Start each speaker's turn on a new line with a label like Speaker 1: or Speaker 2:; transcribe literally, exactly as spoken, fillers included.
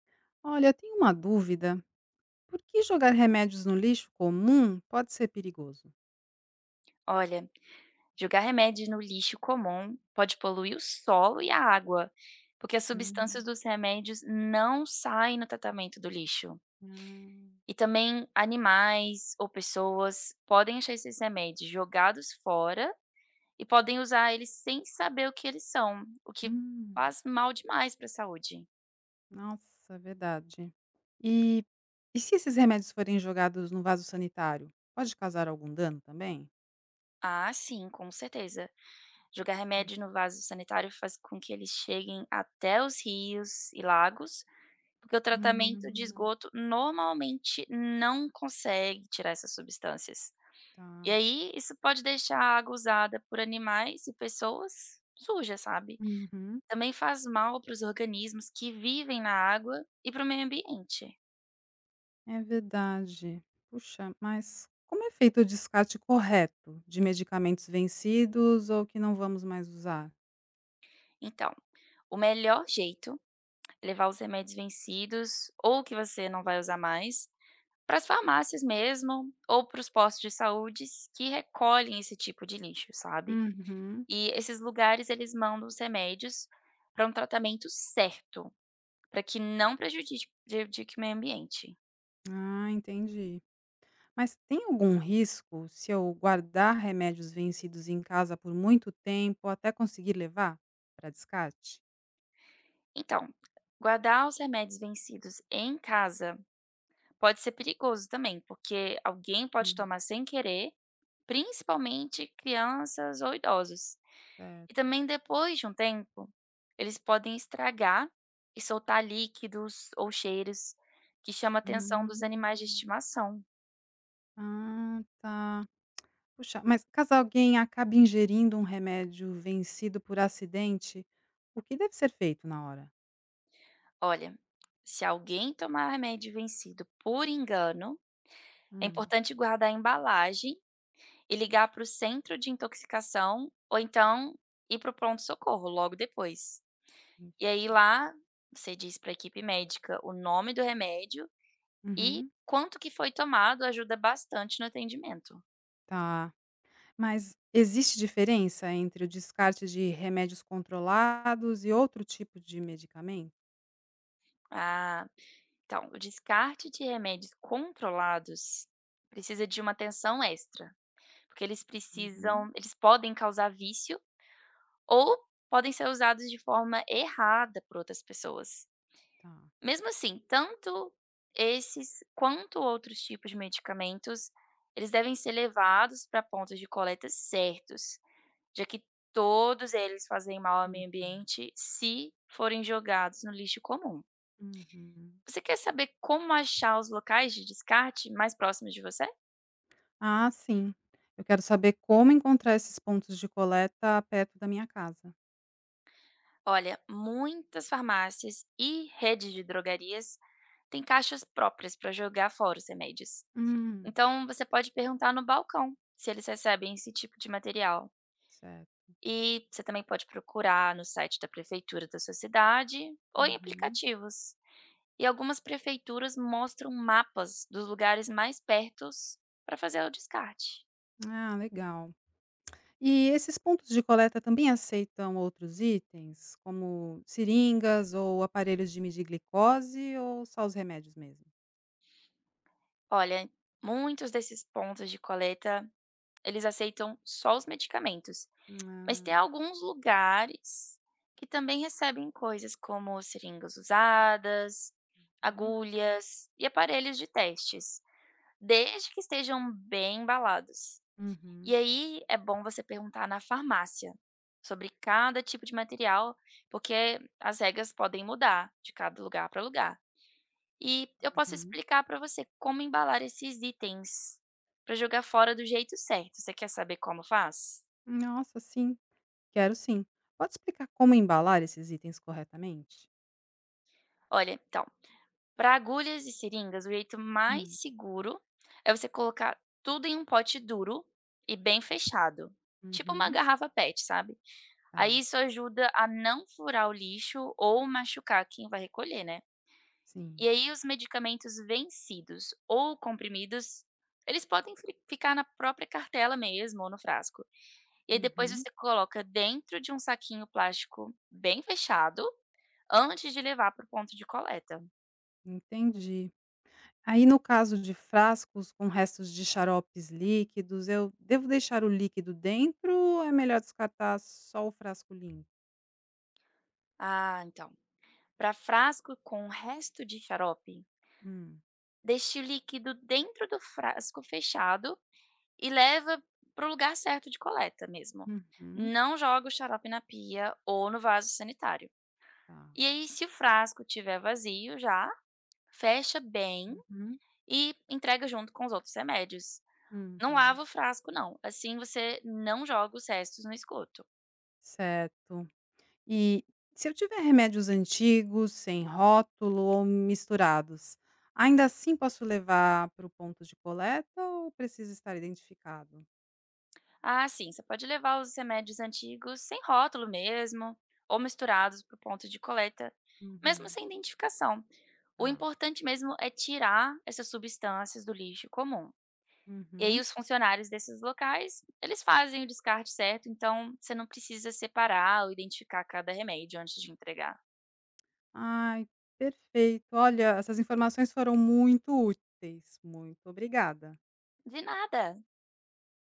Speaker 1: Olha, eu tenho uma dúvida. Por que jogar remédios no lixo comum pode ser perigoso?
Speaker 2: Olha, jogar remédios no lixo comum pode poluir o solo e a água, porque as
Speaker 1: Hum,
Speaker 2: substâncias dos remédios não saem no tratamento do lixo.
Speaker 1: ah,
Speaker 2: E também animais ou pessoas podem achar esses remédios jogados fora e podem usar eles sem saber o que eles são, o que
Speaker 1: hum,
Speaker 2: faz mal demais para a saúde.
Speaker 1: nossa, verdade. E, e se esses remédios forem jogados no vaso sanitário, pode causar algum dano também?
Speaker 2: Ah, sim, com certeza. Jogar remédio no vaso sanitário faz com que eles cheguem até os rios e lagos, porque o tratamento de
Speaker 1: Hum,
Speaker 2: esgoto normalmente não consegue tirar essas substâncias. E
Speaker 1: tá.
Speaker 2: aí isso pode deixar a água usada por animais e pessoas suja, sabe.
Speaker 1: Uhum,
Speaker 2: Também faz mal para os organismos que vivem na água e para o meio ambiente.
Speaker 1: é verdade. Puxa, mas como é feito o descarte correto de medicamentos vencidos ou que não vamos mais usar?
Speaker 2: Então, o melhor jeito é levar os remédios vencidos ou que você não vai usar mais para as farmácias mesmo ou para os postos de saúdes que recolhem esse tipo de lixo, sabe.
Speaker 1: Uhum.
Speaker 2: E esses lugares eles mandam os remédios para um tratamento certo, para que não prejudique prejudique o meio ambiente.
Speaker 1: Ah, entendi. Mas tem algum risco se eu guardar remédios vencidos em casa por muito tempo até conseguir levar para descarte?
Speaker 2: Então, guardar os remédios vencidos em casa pode ser perigoso também, porque alguém pode
Speaker 1: Hum,
Speaker 2: tomar sem querer, principalmente crianças ou idosos. E
Speaker 1: certo.
Speaker 2: também depois de um tempo, eles podem estragar e soltar líquidos ou cheiros que chama a atenção dos animais de
Speaker 1: Hum.
Speaker 2: estimação.
Speaker 1: Ah, tá. Puxa, mas caso alguém acabe ingerindo um remédio vencido por acidente, o que deve ser feito na hora?
Speaker 2: Olha, se alguém tomar remédio vencido por engano, é
Speaker 1: Hum,
Speaker 2: importante guardar a embalagem e ligar para o centro de intoxicação ou então ir para o pronto-socorro logo depois. E aí
Speaker 1: ixi.
Speaker 2: lá você diz para a equipe médica o nome do remédio e
Speaker 1: Uhum,
Speaker 2: quanto que foi tomado ajuda bastante no atendimento.
Speaker 1: tá. Mas existe diferença entre o descarte de remédios controlados e outro tipo de medicamento?
Speaker 2: Ah, então, o descarte de remédios controlados precisa de uma atenção extra, porque eles
Speaker 1: Uhum,
Speaker 2: precisam, eles podem causar vício ou podem ser usados de forma errada por outras pessoas.
Speaker 1: tá.
Speaker 2: Mesmo assim, tanto esses quanto outros tipos de medicamentos, eles devem ser levados para pontos de coleta certos, já que todos eles fazem mal ao
Speaker 1: Uhum,
Speaker 2: meio ambiente se forem jogados no lixo comum.
Speaker 1: uhum.
Speaker 2: Você quer saber como achar os locais de descarte mais próximos de você?
Speaker 1: Ah, sim. Eu quero saber como encontrar esses pontos de coleta perto da minha casa.
Speaker 2: Olha, muitas farmácias e redes de drogarias têm caixas próprias para jogar fora os remédios.
Speaker 1: Hum,
Speaker 2: Então você pode perguntar no balcão se eles recebem esse tipo de material.
Speaker 1: certo.
Speaker 2: E você também pode procurar no site da prefeitura da sua cidade ou em
Speaker 1: Uhum.
Speaker 2: aplicativos. E algumas prefeituras mostram mapas dos lugares mais pertos para fazer o descarte.
Speaker 1: Ah, legal. E esses pontos de coleta também aceitam outros itens, como seringas ou aparelhos de medir glicose ou só os remédios mesmo?
Speaker 2: Olha, muitos desses pontos de coleta, eles aceitam só os medicamentos, mas tem
Speaker 1: Ah,
Speaker 2: alguns lugares que também recebem coisas como seringas usadas,
Speaker 1: uhum.
Speaker 2: agulhas e aparelhos de testes, desde que estejam bem embalados. E
Speaker 1: Uhum,
Speaker 2: aí é bom você perguntar na farmácia sobre cada tipo de material, porque as regras podem mudar de cada lugar para lugar. E eu posso
Speaker 1: uhum.
Speaker 2: explicar para você como embalar esses itens para jogar fora do jeito certo. Você quer saber como faz?
Speaker 1: Nossa, sim, quero sim. Pode explicar como embalar esses itens corretamente?
Speaker 2: Olha, então, para agulhas e seringas, o jeito mais
Speaker 1: Hum.
Speaker 2: seguro é você colocar tudo em um pote duro e bem fechado, tipo uma
Speaker 1: Uhum,
Speaker 2: garrafa PET, sabe. Aí
Speaker 1: tá,
Speaker 2: isso ajuda a não furar o lixo ou machucar quem vai recolher, né.
Speaker 1: sim.
Speaker 2: E aí os medicamentos vencidos ou comprimidos, eles podem fri ficar na própria cartela mesmo ou no frasco. E aí depois
Speaker 1: Uhum,
Speaker 2: você coloca dentro de um saquinho plástico bem fechado, antes de levar para o ponto de coleta.
Speaker 1: entendi. Aí, no caso de frascos com restos de xaropes líquidos, eu devo deixar o líquido dentro ou é melhor descartar só o frasco limpo?
Speaker 2: Ah, então, para frasco com o resto de xarope,
Speaker 1: Hum,
Speaker 2: deixe o líquido dentro do frasco fechado e leva para o lugar certo de coleta mesmo.
Speaker 1: uhum,
Speaker 2: Não joga o xarope na pia ou no vaso sanitário.
Speaker 1: tá.
Speaker 2: E aí, se o frasco tiver vazio já, fecha bem
Speaker 1: Uhum,
Speaker 2: e entrega junto com os outros remédios. Não
Speaker 1: uhum.
Speaker 2: lava o frasco, não. Assim você não joga os restos no esgoto.
Speaker 1: Certo. E se eu tiver remédios antigos, sem rótulo ou misturados, ainda assim posso levar para o ponto de coleta ou precisa estar identificado?
Speaker 2: Ah, sim, você pode levar os remédios antigos sem rótulo mesmo, ou misturados para o ponto de coleta, mesmo
Speaker 1: Uhum,
Speaker 2: sem identificação. O
Speaker 1: tá.
Speaker 2: importante mesmo é tirar essas substâncias do lixo comum. E aí
Speaker 1: Uhum.
Speaker 2: os funcionários desses locais, eles fazem o descarte certo, então você não precisa separar ou identificar cada remédio antes de entregar.
Speaker 1: Ai, perfeito. Olha, essas informações foram muito úteis. Muito obrigada.
Speaker 2: De nada.